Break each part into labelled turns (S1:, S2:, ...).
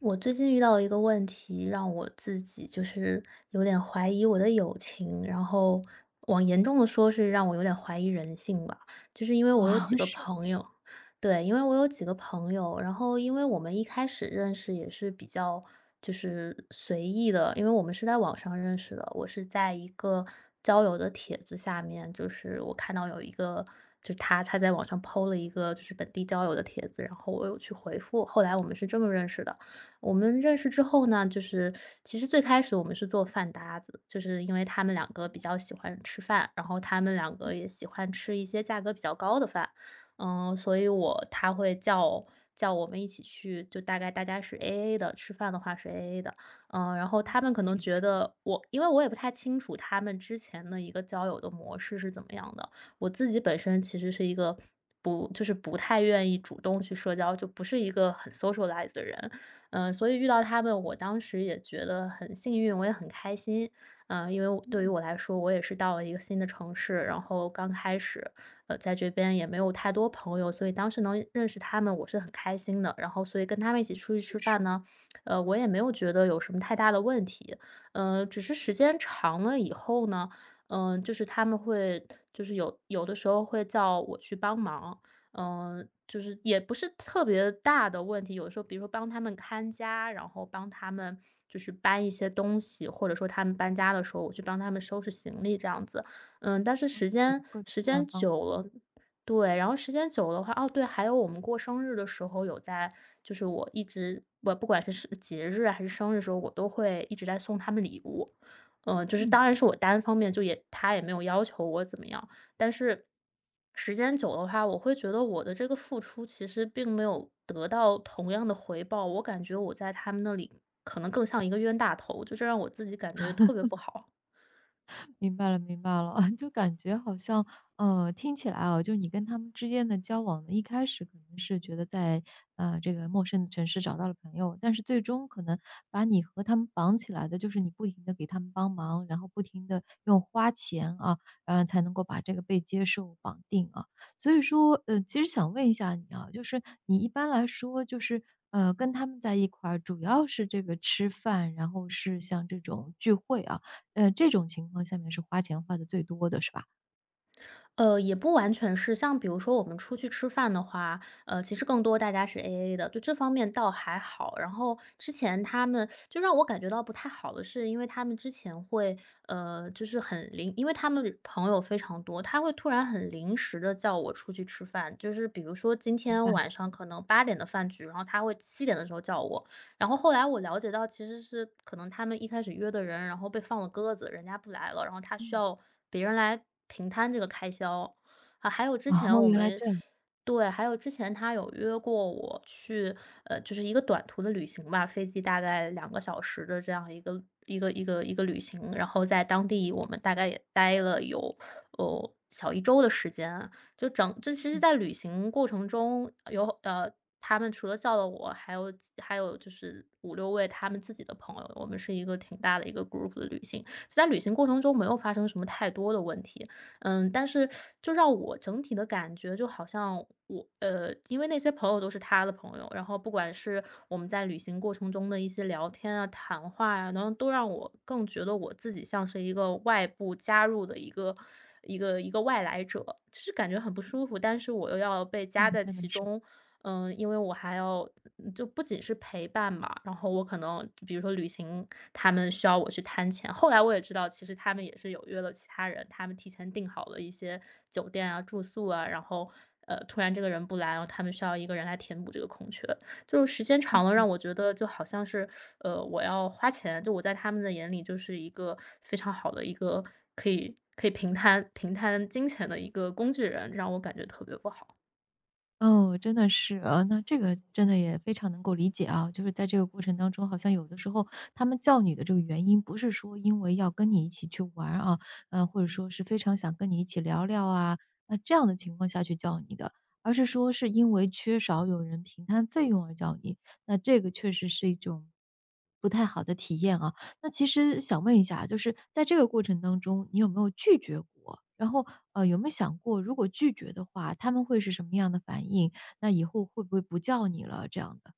S1: 我最近遇到了一个问题，让我自己就是有点怀疑我的友情，然后往严重的说是让我有点怀疑人性吧。就是因为我有
S2: 啊，
S1: 几个
S2: 是
S1: 朋友，对，因为我有几个朋友，然后因为我们一开始认识也是比较就是随意的，因为我们是在网上认识的，我是在一个交友的帖子下面，就是我看到有一个。就是他在网上 PO 了一个就是本地交友的帖子，然后我有去回复。后来我们是这么认识的，我们认识之后呢，就是其实最开始我们是做饭搭子，就是因为他们两个比较喜欢吃饭，然后他们两个也喜欢吃一些价格比较高的饭，所以他会叫我们一起去，就大概大家是 AA 的，吃饭的话是 AA 的，然后
S2: 吗？
S1: 他们可能
S2: 其
S1: 觉
S2: 实，
S1: 得我，因为我也不太清楚他们之前的一个交友的模式是怎么样的，我自己本身其实是一个。不，就是不太愿意主动去社交，就不是一个很 socialize 的人，所以遇到他们，我当时也觉得很幸运，我也很开心。因为我对于
S2: 嗯
S1: 我来说，我也是到了一个新的城市，然后刚开始，在这边也没有太多朋友，所以当时能认识他们，我是很开心的。然后，所以跟他们一起
S2: 嗯，
S1: 出去
S2: 确
S1: 吃饭
S2: 实，
S1: 呢，我也没有觉得有什么太大的问题。只是时间长了以后呢，就是他们会，就是有的时候会叫我去帮忙，就是也不是特别大的问题，有时候比如说帮他们看家，然后帮他们就是搬一些东西，或者说他们搬家的时候，我去帮他们收拾行李这样子。但是
S2: 嗯，
S1: 时间
S2: 各种
S1: 时
S2: 各样
S1: 间
S2: 帮忙，
S1: 久了，对，然后时间久的话，哦对，还有我们过生日的时候有在，就是我一直我不管是节日还是生日的时候，我都会一直在送他们礼物。就是
S2: 嗯。
S1: 当然是我单方面，就也他也没有要求我怎么样。但是时间久的话，我会觉得我的这个付出其实并没有得到同样的回报，我感觉我在他们那里可能更像一个冤大头，就这让我自己感觉特别不好。
S2: 明白了，明白了，就感觉好像，听起来啊，就你跟他们之间的交往呢，一开始可能是觉得在这个陌生的城市找到了朋友，但是最终可能把你和他们绑起来的，就是你不停的给他们帮忙，然后不停的用花钱啊，然后才能够把这个被接受绑定啊。所以说，其实想问一下你啊，就是你一般来说就是。跟他们在一块儿，主要是这个吃饭，然后是像这种聚会啊，这种情况下面是花钱花的最多的是吧？
S1: 也不完全是，像比如说我们出去吃饭的话，其实更多大家是 AA 的，就这方面倒还好。然后之前他们就让我感觉到不太好的是，因为他们之前会，就是很临，因为他们朋友非常多，他会突然很临时的叫我出去吃饭，就是比如说今
S2: 明
S1: 天
S2: 白，
S1: 晚上可能8点的饭局，然后他会7点的时候叫我，然后后来我了解到，其实是可能他们一开始约的人，然后被放了鸽子，人家不来了，然后他需
S2: 嗯，
S1: 要别人来平摊这个开销。啊，还有
S2: 哦，
S1: 之前 我
S2: 原来
S1: 们
S2: 这样，
S1: 对，还有之前他有约过我去，就是一个短途的旅行吧，飞机大概2个小时的这样一个旅行，然后在当地我们大概也待了有哦小一周的时间，就其实在旅行过程中，他们除了叫了我，还有就是五六位他们自己的朋友，我们是一个挺大的一个 group 的旅行。在旅行过程中没有发生什么太多的问题，但是就让我整体的感觉就好像我因为那些朋友都是他的朋友，然后不管是我们在旅行过程中的一些聊天啊、谈话呀、然后都让我更觉得我自己像是一个外部加入的一个外来者，就是感觉很不舒服，但是我又要被夹
S2: 嗯，
S1: 在
S2: 真的
S1: 其
S2: 是，
S1: 中，因为我还要就不仅是陪伴吧，然后我可能比如说旅行，他们需要我去摊钱。后来我也知道，其实他们也是有约了其他人，他们提前订好了一些酒店啊、住宿啊，然后突然这个人不来，然后他们需要一个人来填补这个空缺。就是时间长了，让我觉得就好像是我要花钱，就我在他们的眼里就是一个非常好的一个可以平摊金钱的一个工具人，让我感觉特别不好。
S2: 哦，真的是，那这个真的也非常能够理解啊，就是在这个过程当中，好像有的时候他们叫你的这个原因，不是说因为要跟你一起去玩儿啊，或者说是非常想跟你一起聊聊啊，那这样的情况下去叫你的，而是说是因为缺少有人平摊费用而叫你，那这个确实是一种不太好的体验啊。那其实想问一下啊，就是在这个过程当中，你有没有拒绝过？然后，有没有想过，如果拒绝的话，他们会是什么样的反应？那以后会不会不叫你了这样的？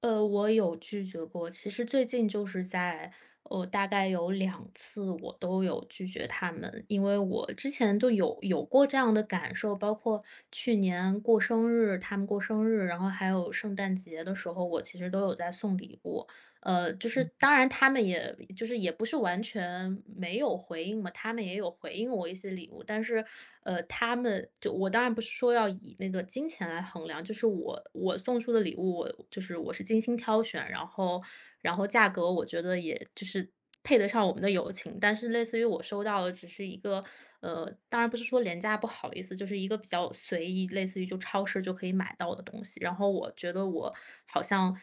S1: 我有拒绝过。其实最近就是在，大概有两次我都有拒绝他们。因为我之前就有过这样的感受，包括去年过生日，他们过生日，然后还有圣诞节的时候，我其实都有在送礼物。就是
S2: 明
S1: 当然他们也就是也不是完全没有回应嘛，他们也有回应我一些礼物，但是，他们就我当然不是说要以那个金钱来衡量，就是我送出的礼物，我就是我是精心挑选，然后价格我觉得也就是配得上我们的友情，但是类似于我收到的只是一个，当然不是说廉价不好意思，就是一个比较随意，类似于就超市就可以买到的东西，然后我觉得我好像。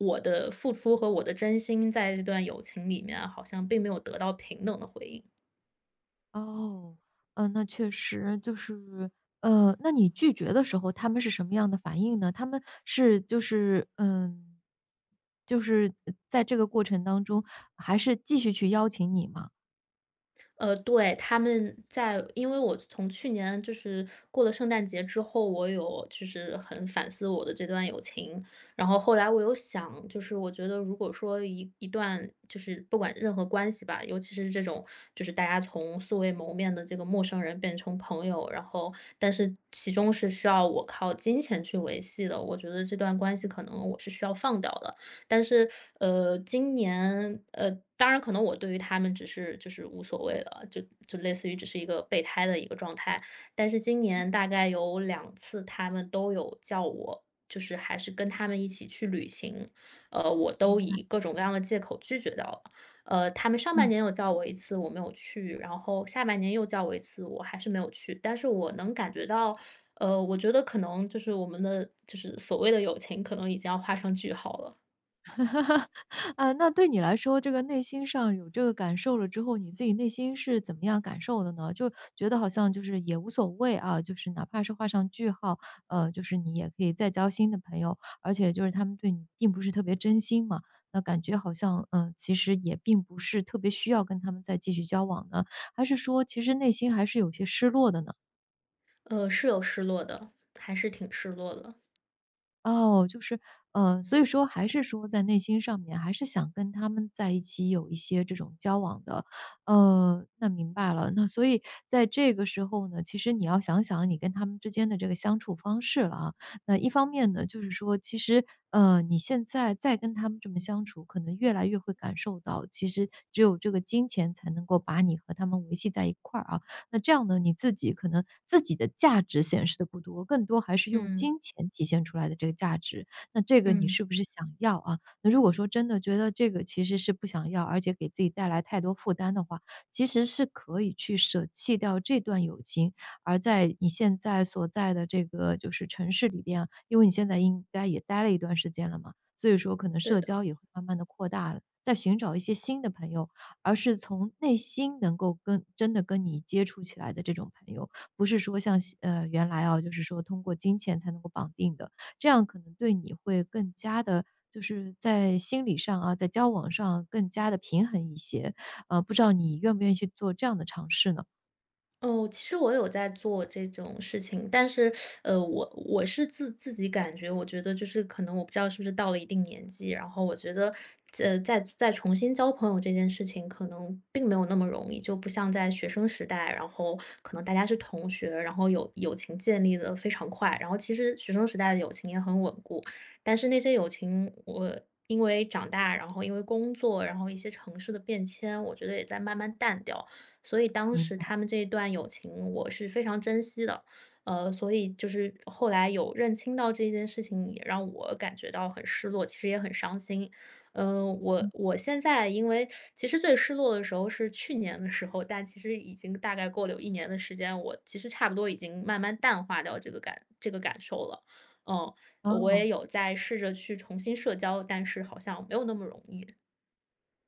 S1: 我的付出和我的真心在这段友情里面啊好像并没有得到平等的回应。
S2: 哦，嗯，那确实就是，那你拒绝的时候，他们是什么样的反应呢？他们是就是嗯，就是在这个过程当中，还是继续去邀请你吗？
S1: 对，他们在因为我从去年就是过了圣诞节之后，我有就是很反思我的这段友情，然后后来我有想，就是我觉得如果说一段就是不管任何关系吧，尤其是这种就是大家从素未谋面的这个陌生人变成朋友，然后但是其中是需要我靠金钱去维系的，我觉得这段关系可能我是需要放掉的。但是，今年，当然可能我对于他们只是就是无所谓了，就类似于只是一个备胎的一个状态。但是今年大概有两次他们都有叫我，就是还是跟他们一起去旅行，我
S2: 明
S1: 都
S2: 白，
S1: 以各种各样的借口拒绝掉了。他们上半
S2: 嗯。
S1: 年有叫我一次，我没有去，然后下半年又叫我一次，我还是没有去。但是我能感觉到，我觉得可能就是我们的就是所谓的友情，可能已经要画上句号了。
S2: 啊，那对你来说，这个内心上有这个感受了之后，你自己内心是怎么样感受的呢？就觉得好像就是也无所谓啊，就是哪怕是画上句号，就是你也可以再交新的朋友，而且就是他们对你并不是特别真心嘛，那感觉好像，嗯，其实也并不是特别需要跟他们再继续交往呢，还是说其实内心还是有些失落的呢？
S1: 是有失落的，还是挺失落的。
S2: 哦，就是，所以说还是说在内心上面，还是想跟他们在一起有一些这种交往的。那明白了，那所以在这个时候呢，其实你要想想你跟他们之间的这个相处方式了啊。那一方面呢，就是说其实，你现在再跟他们这么相处，可能越来越会感受到，其实只有这个金钱才能够把你和他们维系在一块儿啊。那这样呢，你自己可能自己的价值显示的不多，更多还是用
S1: 嗯
S2: 金钱体现出来的这个价值。那这个你
S1: 嗯，
S2: 是不是想要啊？那如果说真的觉得这个其实是不想要，而且给自己带来太多负担的话，其实是可以去舍弃掉这段友情，而在你现在所在的这个就是城市里边啊，因为你现在应该也待了一段时间了嘛，所以说可能
S1: 对
S2: 社
S1: 的。
S2: 交也会慢慢的扩大了，再寻找一些新的朋友，而是从内心能够跟真的跟你接触起来的这种朋友，不是说像西原来啊，就是说通过金钱才能够绑定的，这样可能对你会更加的，就是在心理上啊，在交往上更加的平衡一些。不知道你愿不愿意去做这样的尝试呢？
S1: 哦，其实我有在做这种事情，但是，我是自己感觉，我觉得就是可能我不知道是不是到了一定年纪，然后我觉得，再重新交朋友这件事情，可能并没有那么容易，就不像在学生时代，然后可能大家是同学，然后友情建立的非常快，然后其实学生时代的友情也很稳固，但是那些友情我。因为长大，然后因为工作，然后一些城市的变迁，我觉得也在慢慢淡掉。所以当
S2: 明
S1: 时
S2: 白，
S1: 他们这一段友情我是非常珍惜的，所以就是后来有认清到这件事情，也让我感觉到很失落，其实也很伤心。我
S2: 嗯，
S1: 我现在因为其实最失落的时候是去年的时候，但其实已经大概过了有一年的时间，我其实差不多已经慢慢淡化掉这个感受了。嗯，我
S2: 哦。
S1: 也有在试着去重新社交，但是好像没有那么容易。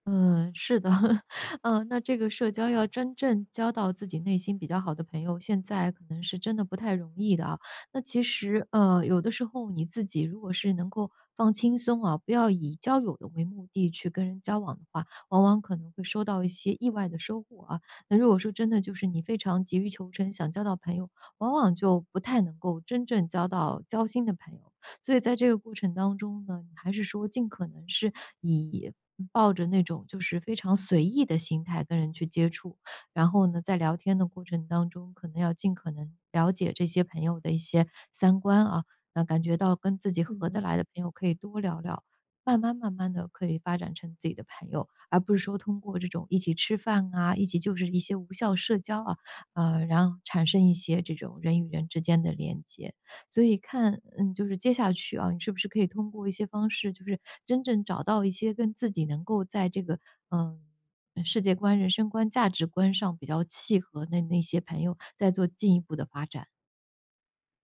S2: 嗯，是的，嗯，那这个社交要真正交到自己内心比较好的朋友，现在可能是真的不太容易的啊。那其实，有的时候你自己如果是能够放轻松啊，不要以交友的为目的去跟人交往的话，往往可能会收到一些意外的收获啊。那如果说真的就是你非常急于求成，想交到朋友，往往就不太能够真正交到交心的朋友。所以在这个过程当中呢，你还是说尽可能是以抱着那种就是非常随意的心态跟人去接触，然后呢，在聊天的过程当中，可能要尽可能了解这些朋友的一些三观啊，那感觉到跟自己合得
S1: 嗯。
S2: 来的朋友可以多聊聊，慢慢慢慢的可以发展成自己的朋友，而不是说通过这种一起吃饭啊，一起就是一些无效社交啊，然后产生一些这种人与人之间的连接。所以看，嗯，就是接下去啊，你是不是可以通过一些方式，就是真正找到一些跟自己能够在这个，嗯，世界观、人生观、价值观上比较契合的那些朋友，再做进一步的发展。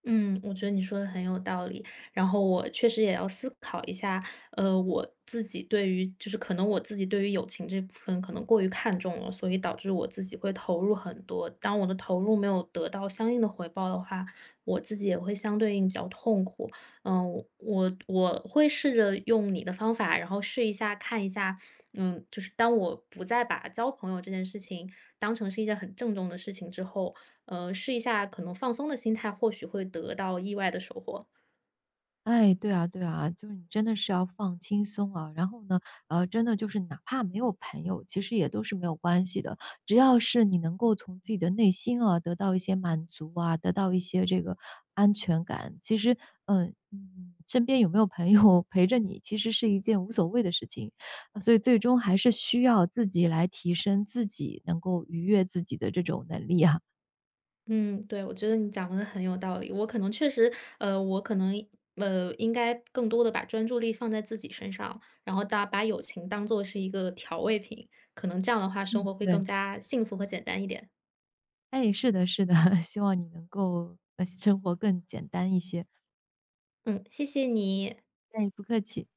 S1: 嗯，我觉得你说的很有道理。然后我确实也要思考一下，我自己对于就是可能我自己对于友情这部分可能过于看重了，所以导致我自己会投入很多。当我的投入没有得到相应的回报的话，我自己也会相对应比较痛苦。嗯，我会试着用你的方法，然后试一下看一下，就是当我不再把交朋友这件事情当成是一件很郑重的事情之后，试一下可能放松的心态，或许会得到意外的收获。
S2: 哎，对啊对啊，就是你真的是要放轻松啊。然后呢，真的就是哪怕没有朋友，其实也都是没有关系的。只要是你能够从自己的内心啊，得到一些满足啊，得到一些这个安全感，其实，嗯嗯，身边有没有朋友 陪着你，其实是一件无所谓的事情。所以最终还是需要自己来提升自己，能够愉悦自己的这种能力啊。
S1: 嗯，对，我觉得你讲的很有道理。我可能确实，呃，我可能呃，应该更多的把专注力放在自己身上，然后大把友情当做是一个调味品，可能这样的话，生
S2: 嗯。
S1: 活会更
S2: 对，
S1: 加幸福和简单一点。
S2: 哎，是的是的，希望你能够，生活更简单一些。
S1: 嗯，谢谢你。
S2: 哎，不客气。